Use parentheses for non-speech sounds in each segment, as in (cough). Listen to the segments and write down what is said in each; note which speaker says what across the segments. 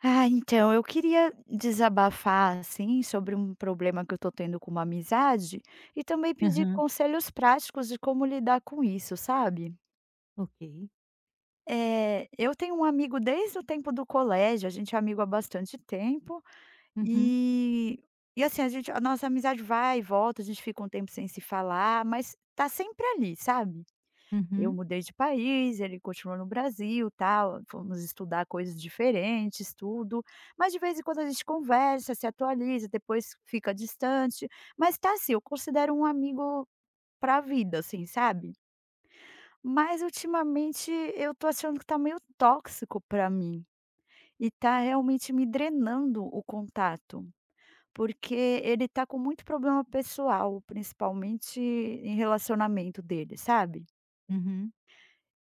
Speaker 1: Ah, então, eu queria desabafar, assim, sobre um problema que eu tô tendo com uma amizade e também pedir
Speaker 2: Aham,
Speaker 1: conselhos práticos de como lidar com isso, sabe.
Speaker 2: ok.
Speaker 1: Eu tenho um amigo desde o tempo do colégio, a gente é amigo há bastante tempo,
Speaker 2: Uhum,
Speaker 1: e e assim, a nossa amizade vai e volta, a gente fica um tempo sem se falar, mas tá sempre ali, sabe. Eu
Speaker 2: uhum,
Speaker 1: mudei de país, ele continuou no Brasil, tal, fomos estudar coisas diferentes, tudo, mas de vez em quando a gente conversa, se atualiza, depois fica distante, mas tá assim, eu considero um amigo pra vida, assim, sabe. Mas ultimamente eu tô achando que tá meio tóxico pra mim, e tá realmente me drenando o contato, porque ele tá com muito problema pessoal, principalmente em relacionamento dele, sabe.
Speaker 2: uhum,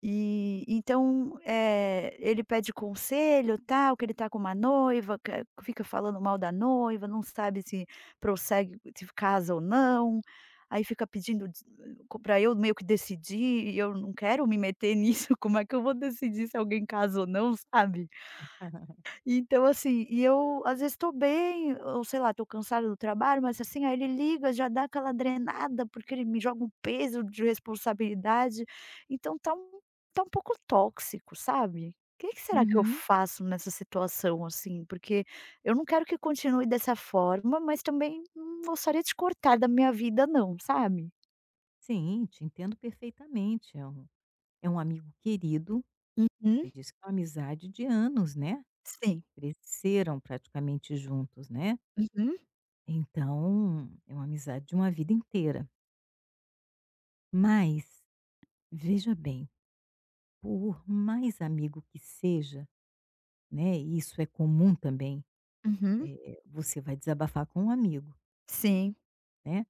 Speaker 1: E então, ele pede conselho, tal, que ele tá com uma noiva, que fica falando mal da noiva, não sabe se prossegue se casa ou não, aí fica pedindo para eu meio que decidir, e eu não quero me meter nisso, (laughs) como é que eu vou decidir se alguém casa ou não, sabe?
Speaker 2: (laughs)
Speaker 1: Então, assim, e eu às vezes estou bem, ou sei lá, estou cansada do trabalho, mas assim, aí ele liga, já dá aquela drenada, porque ele me joga um peso de responsabilidade. Então tá um pouco tóxico, sabe. O que que será que eu
Speaker 2: uhum.
Speaker 1: faço nessa situação, assim? Porque eu não quero que continue dessa forma, mas também não gostaria de cortar da minha vida não, sabe?
Speaker 2: Sim, te entendo perfeitamente. É um amigo querido.
Speaker 1: Hum?
Speaker 2: Você disse que é uma amizade de anos, né?
Speaker 1: Sim.
Speaker 2: Cresceram praticamente juntos, né?
Speaker 1: Uhum,
Speaker 2: Então, é uma amizade de uma vida inteira. Mas, veja bem, por mais amigo que seja, né? E isso é comum também.
Speaker 1: uhum.
Speaker 2: Você vai desabafar com um amigo,
Speaker 1: Sim.
Speaker 2: né?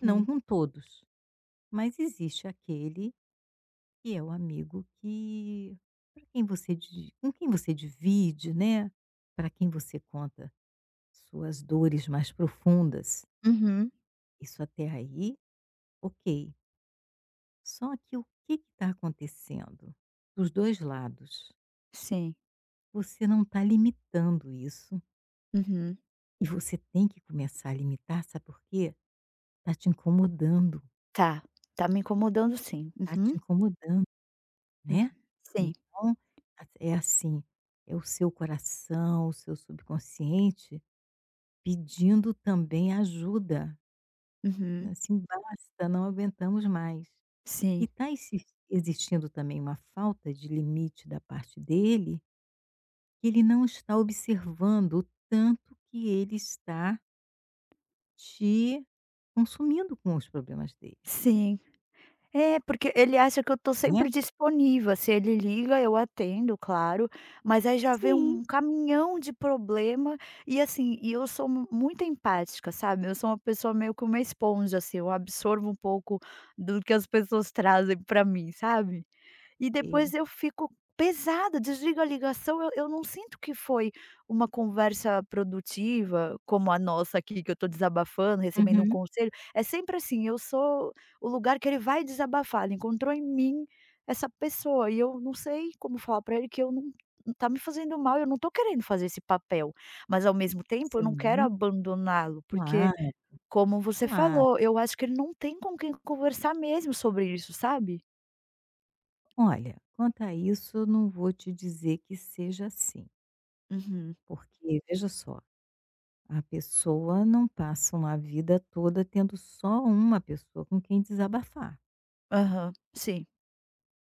Speaker 2: Não com todos, mas existe aquele que é o amigo que pra quem você di com quem você divide, né, para quem você conta suas dores mais profundas.
Speaker 1: Uhum.
Speaker 2: Isso até aí, ok. Só que o que está acontecendo dos 2 lados?
Speaker 1: Sim.
Speaker 2: Você não está limitando isso
Speaker 1: Uhum.
Speaker 2: e você tem que começar a limitar, sabe por quê? Está te incomodando,
Speaker 1: Tá, tá me incomodando sim.
Speaker 2: está
Speaker 1: Uhum,
Speaker 2: te incomodando,
Speaker 1: uhum,
Speaker 2: né.
Speaker 1: sim,
Speaker 2: Então, a é assim, é o seu coração, o seu subconsciente pedindo também ajuda, né,
Speaker 1: uhum,
Speaker 2: assim: "Basta, não aguentamos mais".
Speaker 1: sim,
Speaker 2: E tá existindo também uma falta de limite da parte dele, que ele não está observando o tanto que ele está te consumindo com os problemas dele,
Speaker 1: sim. É, porque ele acha que eu tô
Speaker 2: né.
Speaker 1: sempre disponível, se ele liga, eu atendo, claro, mas aí já vem
Speaker 2: Sim,
Speaker 1: um caminhão de problema e, assim, e eu sou mu muito empática, sabe, eu sou uma pessoa meio que uma esponja, assim, eu absorvo um pouco do que as pessoas trazem pra mim, sabe? E depois
Speaker 2: e
Speaker 1: eu fico pesada, desligo a ligação, eu não sinto que foi uma conversa produtiva, como a nossa aqui, que eu tô desabafando, recebendo um
Speaker 2: Uhum.
Speaker 1: conselho. É sempre assim, eu sou o lugar que ele vai desabafar, ele encontrou em mim essa pessoa e eu não sei como falar pra ele que eu não tá me fazendo mal, eu não tô querendo fazer esse papel, mas ao mesmo tempo eu não quero
Speaker 2: Sim,
Speaker 1: abandoná-lo, porque
Speaker 2: claro,
Speaker 1: como você
Speaker 2: claro.
Speaker 1: falou, eu acho que ele não tem com quem conversar mesmo sobre isso, sabe?
Speaker 2: Olha, quanto a isso, eu não vou te dizer que seja assim,
Speaker 1: Uhum.
Speaker 2: porque veja só: a pessoa não passa uma vida toda tendo só uma pessoa com quem desabafar,
Speaker 1: Aham, sim.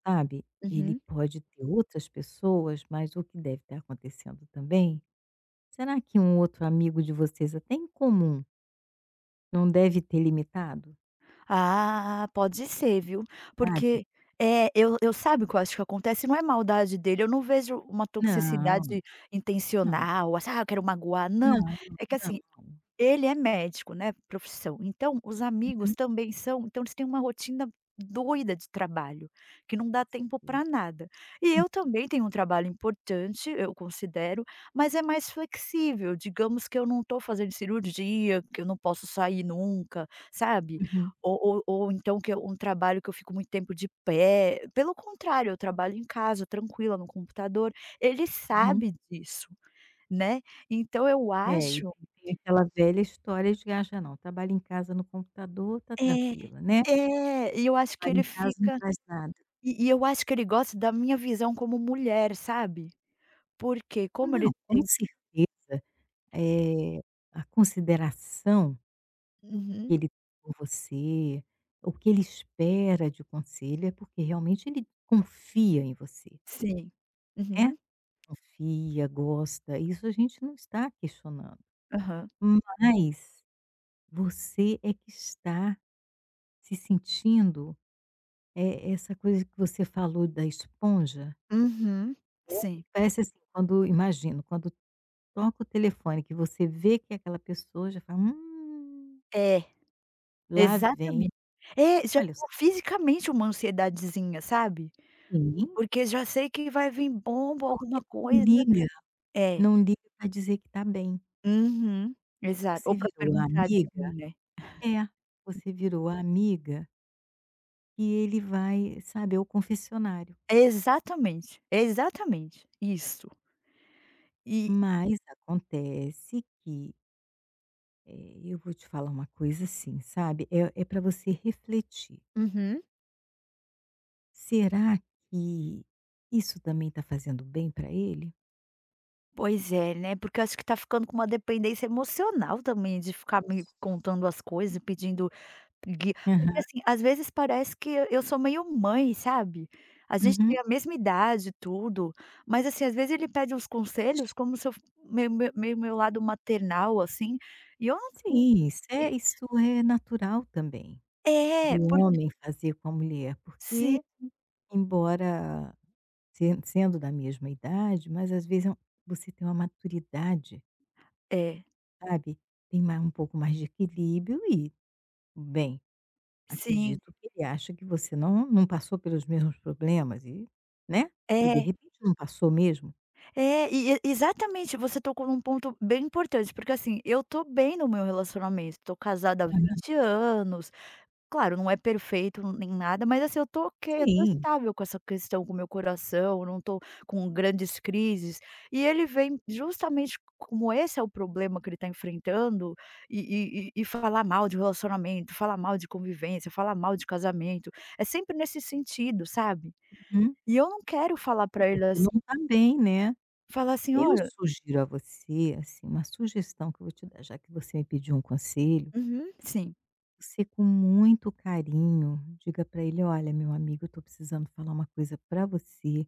Speaker 2: sabe. Ele
Speaker 1: Uhum.
Speaker 2: pode ter outras pessoas, mas o que deve estar acontecendo também, será que um outro amigo de vocês até em comum, não deve ter limitado,
Speaker 1: Ah, pode ser, viu.
Speaker 2: sabe.
Speaker 1: Porque é, eu sabe o que eu acho que acontece? Não é maldade dele, eu não vejo uma
Speaker 2: Não,
Speaker 1: toxicidade
Speaker 2: não,
Speaker 1: intencional, assim: "Ah, eu quero magoar", não.
Speaker 2: não,
Speaker 1: É que
Speaker 2: não.
Speaker 1: assim, ele é médico, né, profissão, então os amigos
Speaker 2: Uhum.
Speaker 1: também são, então eles têm uma rotina doida de trabalho, que não dá
Speaker 2: Com
Speaker 1: tempo
Speaker 2: certeza.
Speaker 1: para nada. E eu também tenho um trabalho importante, eu considero, mas é mais flexível, digamos que eu não estou fazendo cirurgia, que eu não posso sair nunca, sabe.
Speaker 2: Uhum,
Speaker 1: Ou então que é um trabalho que eu fico muito tempo de pé, pelo contrário, eu trabalho em casa, tranquila, no computador, ele
Speaker 2: uhum.
Speaker 1: sabe disso, né. Então eu
Speaker 2: É, e
Speaker 1: acho
Speaker 2: tem aquela velha história de que: "Ah, já não, trabalha em casa no computador, tá
Speaker 1: É,
Speaker 2: tranquila, né,
Speaker 1: é, e eu acho que
Speaker 2: trabalha
Speaker 1: ele
Speaker 2: em casa não
Speaker 1: fica
Speaker 2: faz nada".
Speaker 1: e eu acho que ele gosta da minha visão como mulher, sabe. Porque como ele
Speaker 2: Não, com
Speaker 1: tem
Speaker 2: certeza. Eh, a consideração
Speaker 1: Uhum,
Speaker 2: que ele tem por você, o que ele espera de conselho, é porque realmente ele confia em você,
Speaker 1: sim.
Speaker 2: né.
Speaker 1: Uhum,
Speaker 2: Confia, gosta, isso a gente não está questionando.
Speaker 1: aham.
Speaker 2: Mas você é que está se sentindo, é essa coisa que você falou da esponja,
Speaker 1: Uhum,
Speaker 2: né,
Speaker 1: sim.
Speaker 2: parece assim, quando imagino, quando toca o telefone que você vê que é aquela pessoa, já fala".
Speaker 1: É,
Speaker 2: Lá vem.
Speaker 1: exatamente. É, já
Speaker 2: Olha
Speaker 1: dá
Speaker 2: só,
Speaker 1: fisicamente uma ansiedadezinha, sabe.
Speaker 2: sim,
Speaker 1: Porque já sei que vai vir bomba,
Speaker 2: porque
Speaker 1: alguma
Speaker 2: não
Speaker 1: coisa
Speaker 2: liga,
Speaker 1: é.
Speaker 2: não liga para dizer que tá bem.
Speaker 1: Uhum, exato. Ou
Speaker 2: Você
Speaker 1: pra
Speaker 2: virou a
Speaker 1: perguntar de mim,
Speaker 2: amiga,
Speaker 1: né.
Speaker 2: é, você virou a amiga e ele vai, sabe, ao confessionário.
Speaker 1: Exatamente, exatamente, isso. E
Speaker 2: Mas acontece que, eu vou te falar uma coisa assim, sabe, é pra você refletir.
Speaker 1: uhum.
Speaker 2: Será que isso também está fazendo bem para ele?
Speaker 1: Pois é, né, porque eu acho que tá ficando com uma dependência emocional também de ficar me contando as coisas pedindo guia porque,
Speaker 2: Aham.
Speaker 1: assim, às vezes parece que eu sou meio mãe, sabe. A gente tem
Speaker 2: Uhum.
Speaker 1: a mesma idade e tudo, mas, assim, às vezes ele pede uns conselhos como se eu f meu lado maternal, assim, e eu não não
Speaker 2: Sim,
Speaker 1: e
Speaker 2: isso é natural também. Do
Speaker 1: é, porque
Speaker 2: homem fazer com a mulher,
Speaker 1: sim,
Speaker 2: porque embora sendo da mesma idade, mas às vezes você tem uma maturidade,
Speaker 1: é,
Speaker 2: sabe, tem ma um pouco mais de equilíbrio e, bem,
Speaker 1: sim,
Speaker 2: acredito que ele acha que você não passou pelos mesmos problemas e, né, e de
Speaker 1: é.
Speaker 2: repente não passou mesmo.
Speaker 1: É, e exatamente, você tocou num ponto bem importante, porque assim, eu tô bem no meu relacionamento, tô casada há
Speaker 2: Aham,
Speaker 1: 20 anos, claro, não é perfeito nem nada, mas assim, eu tô ok, eu tô
Speaker 2: sim.
Speaker 1: estável com essa questão, com o meu coração, não tô com grandes crises, e ele vem justamente como esse é o problema que ele tá enfrentando, e falar mal de relacionamento, falar mal de convivência, falar mal de casamento, é sempre nesse sentido, sabe.
Speaker 2: Uhum.
Speaker 1: E eu não quero falar
Speaker 2: É
Speaker 1: pra ele
Speaker 2: porque
Speaker 1: assim,
Speaker 2: não está bem, né.
Speaker 1: falar assim:
Speaker 2: Eu
Speaker 1: "Olha".
Speaker 2: sugiro a você, assim, uma sugestão que eu vou te dar, já que você me pediu um conselho:
Speaker 1: Uhum, sim.
Speaker 2: você com muito carinho, diga para ele: "Olha, meu amigo, eu estou precisando falar uma coisa para você,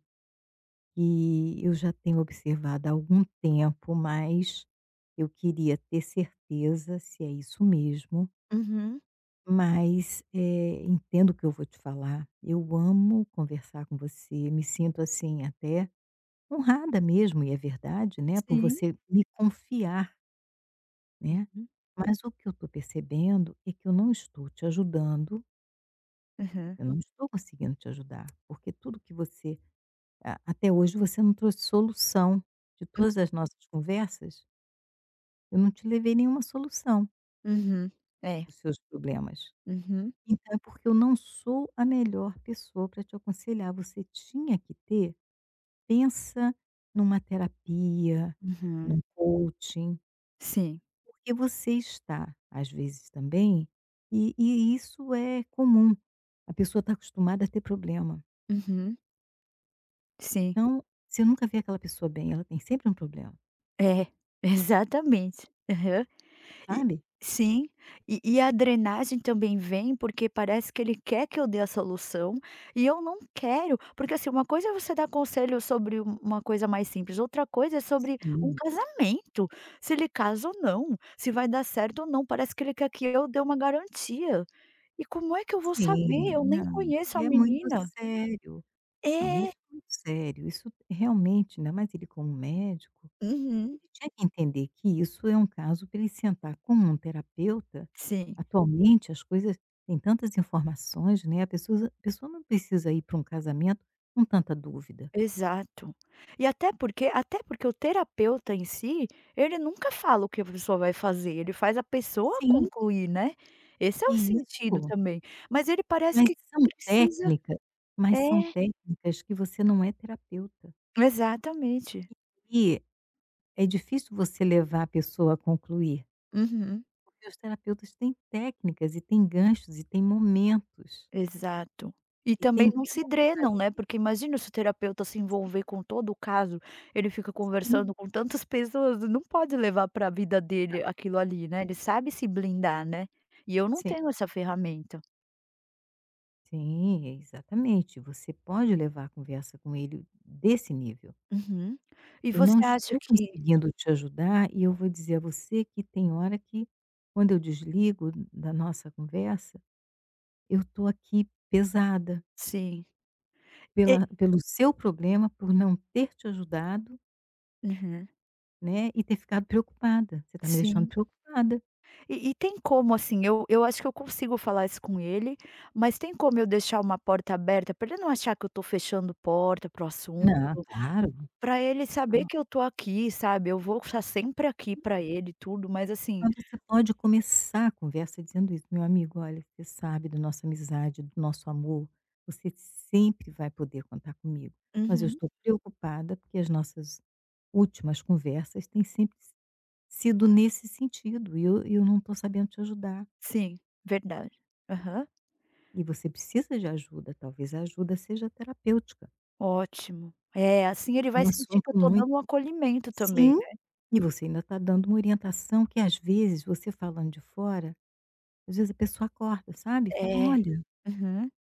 Speaker 2: que eu já tenho observado há algum tempo, mas eu queria ter certeza se é isso mesmo,
Speaker 1: Uhum,
Speaker 2: mas, entendo o que eu vou te falar. Eu amo conversar com você, me sinto, assim, até honrada mesmo", e é verdade, né, por
Speaker 1: sim.
Speaker 2: você me confiar, né.
Speaker 1: Hum,
Speaker 2: "Mas o que eu estou percebendo é que eu não estou te ajudando,
Speaker 1: aham.
Speaker 2: eu não estou conseguindo te ajudar, porque tudo que você a até hoje você não trouxe solução. De todas as nossas conversas, eu não te levei nenhuma solução
Speaker 1: Uhum, é.
Speaker 2: dos seus problemas.
Speaker 1: Uhum.
Speaker 2: Então é porque eu não sou a melhor pessoa para te aconselhar. Você tinha que ter pensa numa terapia,
Speaker 1: Uhum.
Speaker 2: num coaching,
Speaker 1: Sim.
Speaker 2: porque você está, às vezes também", e isso é comum. A pessoa está acostumada a ter problema.
Speaker 1: Uhum, sim.
Speaker 2: Então, se eu nunca vê aquela pessoa bem, ela tem sempre um problema,
Speaker 1: É, (laughs) exatamente. Aham. E
Speaker 2: sabe?
Speaker 1: sim. E a drenagem também vem porque parece que ele quer que eu dê a solução, e eu não quero, porque, assim, uma coisa é você dar conselho sobre uma coisa mais simples, outra coisa é sobre um
Speaker 2: Sim,
Speaker 1: casamento, se ele casa ou não, se vai dar certo ou não, parece que ele quer que eu dê uma garantia. E como é que eu vou saber?
Speaker 2: sim,
Speaker 1: Eu nem
Speaker 2: não,
Speaker 1: conheço
Speaker 2: e
Speaker 1: a
Speaker 2: é muito
Speaker 1: menina.
Speaker 2: sério. Não,
Speaker 1: É.
Speaker 2: isso é muito sério, isso realmente, ainda mais ele como médico,
Speaker 1: Uhum.
Speaker 2: ele tinha que entender que isso é um caso para ele sentar com um terapeuta.
Speaker 1: Sim,
Speaker 2: Atualmente as coisas têm tantas informações, né, a pessoa não precisa ir para um casamento com tanta dúvida.
Speaker 1: exato. Até porque o terapeuta em si, ele nunca fala o que a pessoa vai fazer, ele faz a pessoa
Speaker 2: Sim,
Speaker 1: concluir, né. Esse é o sentido
Speaker 2: isso.
Speaker 1: também. Mas ele parece
Speaker 2: Mas
Speaker 1: que
Speaker 2: são
Speaker 1: precisa.
Speaker 2: técnicas
Speaker 1: É,
Speaker 2: mas são técnicas que você não é terapeuta.
Speaker 1: exatamente.
Speaker 2: E é difícil você levar a pessoa a concluir,
Speaker 1: Uhum.
Speaker 2: porque os terapeutas têm técnicas e têm ganchos e têm momentos,
Speaker 1: Exato. E
Speaker 2: e
Speaker 1: também
Speaker 2: tem
Speaker 1: não se
Speaker 2: como
Speaker 1: drenam, né,
Speaker 2: fazer.
Speaker 1: porque imagina se o terapeuta se
Speaker 2: Sim,
Speaker 1: envolver com todo o caso, ele fica
Speaker 2: sim,
Speaker 1: conversando com tantas pessoas, não pode levar para a vida dele aquilo ali, né, ele sabe se blindar, né. E eu não
Speaker 2: sim,
Speaker 1: tenho essa ferramenta.
Speaker 2: sim, exatamente. Você pode levar a conversa com ele desse nível.
Speaker 1: Uhum. E
Speaker 2: "Eu não
Speaker 1: você acha
Speaker 2: estou
Speaker 1: que
Speaker 2: conseguindo te ajudar e eu vou dizer a você que tem hora que, quando eu desligo da nossa conversa, eu estou aqui pesada
Speaker 1: sim. E
Speaker 2: pela pelo seu problema, por não ter te ajudado,
Speaker 1: uhum.
Speaker 2: né, e ter ficado preocupada. Você está me deixando
Speaker 1: Sim.
Speaker 2: preocupada."
Speaker 1: E tem como, assim, eu acho que eu consigo falar isso com ele, mas tem como eu deixar uma porta aberta pra ele não achar que eu tô fechando porta pro assunto?
Speaker 2: Não, claro.
Speaker 1: Pra ele saber que eu tô aqui, sabe, eu vou estar sempre aqui pra ele e tudo, mas assim
Speaker 2: Mas você pode começar a conversa dizendo isso: "Meu amigo, olha, você sabe da nossa amizade, do nosso amor, você sempre vai poder contar comigo, mas eu
Speaker 1: uhum,
Speaker 2: estou preocupada porque as nossas últimas conversas têm sempre sido nesse sentido e eu não estou sabendo te ajudar.
Speaker 1: sim, verdade. Aham,
Speaker 2: E você precisa de ajuda, talvez a ajuda seja terapêutica".
Speaker 1: ótimo. É, assim ele
Speaker 2: É
Speaker 1: vai
Speaker 2: um
Speaker 1: sentir que eu
Speaker 2: assunto
Speaker 1: tô
Speaker 2: muito
Speaker 1: dando um acolhimento também,
Speaker 2: sim,
Speaker 1: né.
Speaker 2: e você ainda está dando uma orientação que às vezes você falando de fora, às vezes a pessoa acorda, sabe, fala:
Speaker 1: É.
Speaker 2: "Olha,
Speaker 1: Uhum,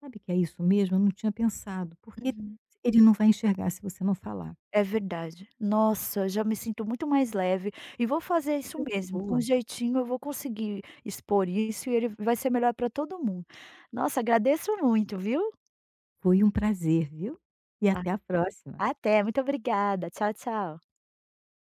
Speaker 2: sabe que é isso mesmo? Eu não tinha pensado", porque
Speaker 1: uhum.
Speaker 2: ele não vai enxergar se você não falar.
Speaker 1: É verdade. Nossa, já me sinto muito mais leve e vou fazer
Speaker 2: Que
Speaker 1: isso
Speaker 2: coisa
Speaker 1: mesmo, com
Speaker 2: boa,
Speaker 1: jeitinho eu vou conseguir expor isso e ele vai ser melhor pra todo mundo. Nossa, agradeço muito, viu.
Speaker 2: foi um prazer, viu. E
Speaker 1: A
Speaker 2: até a próxima.
Speaker 1: até, muito obrigada. Tchau, tchau.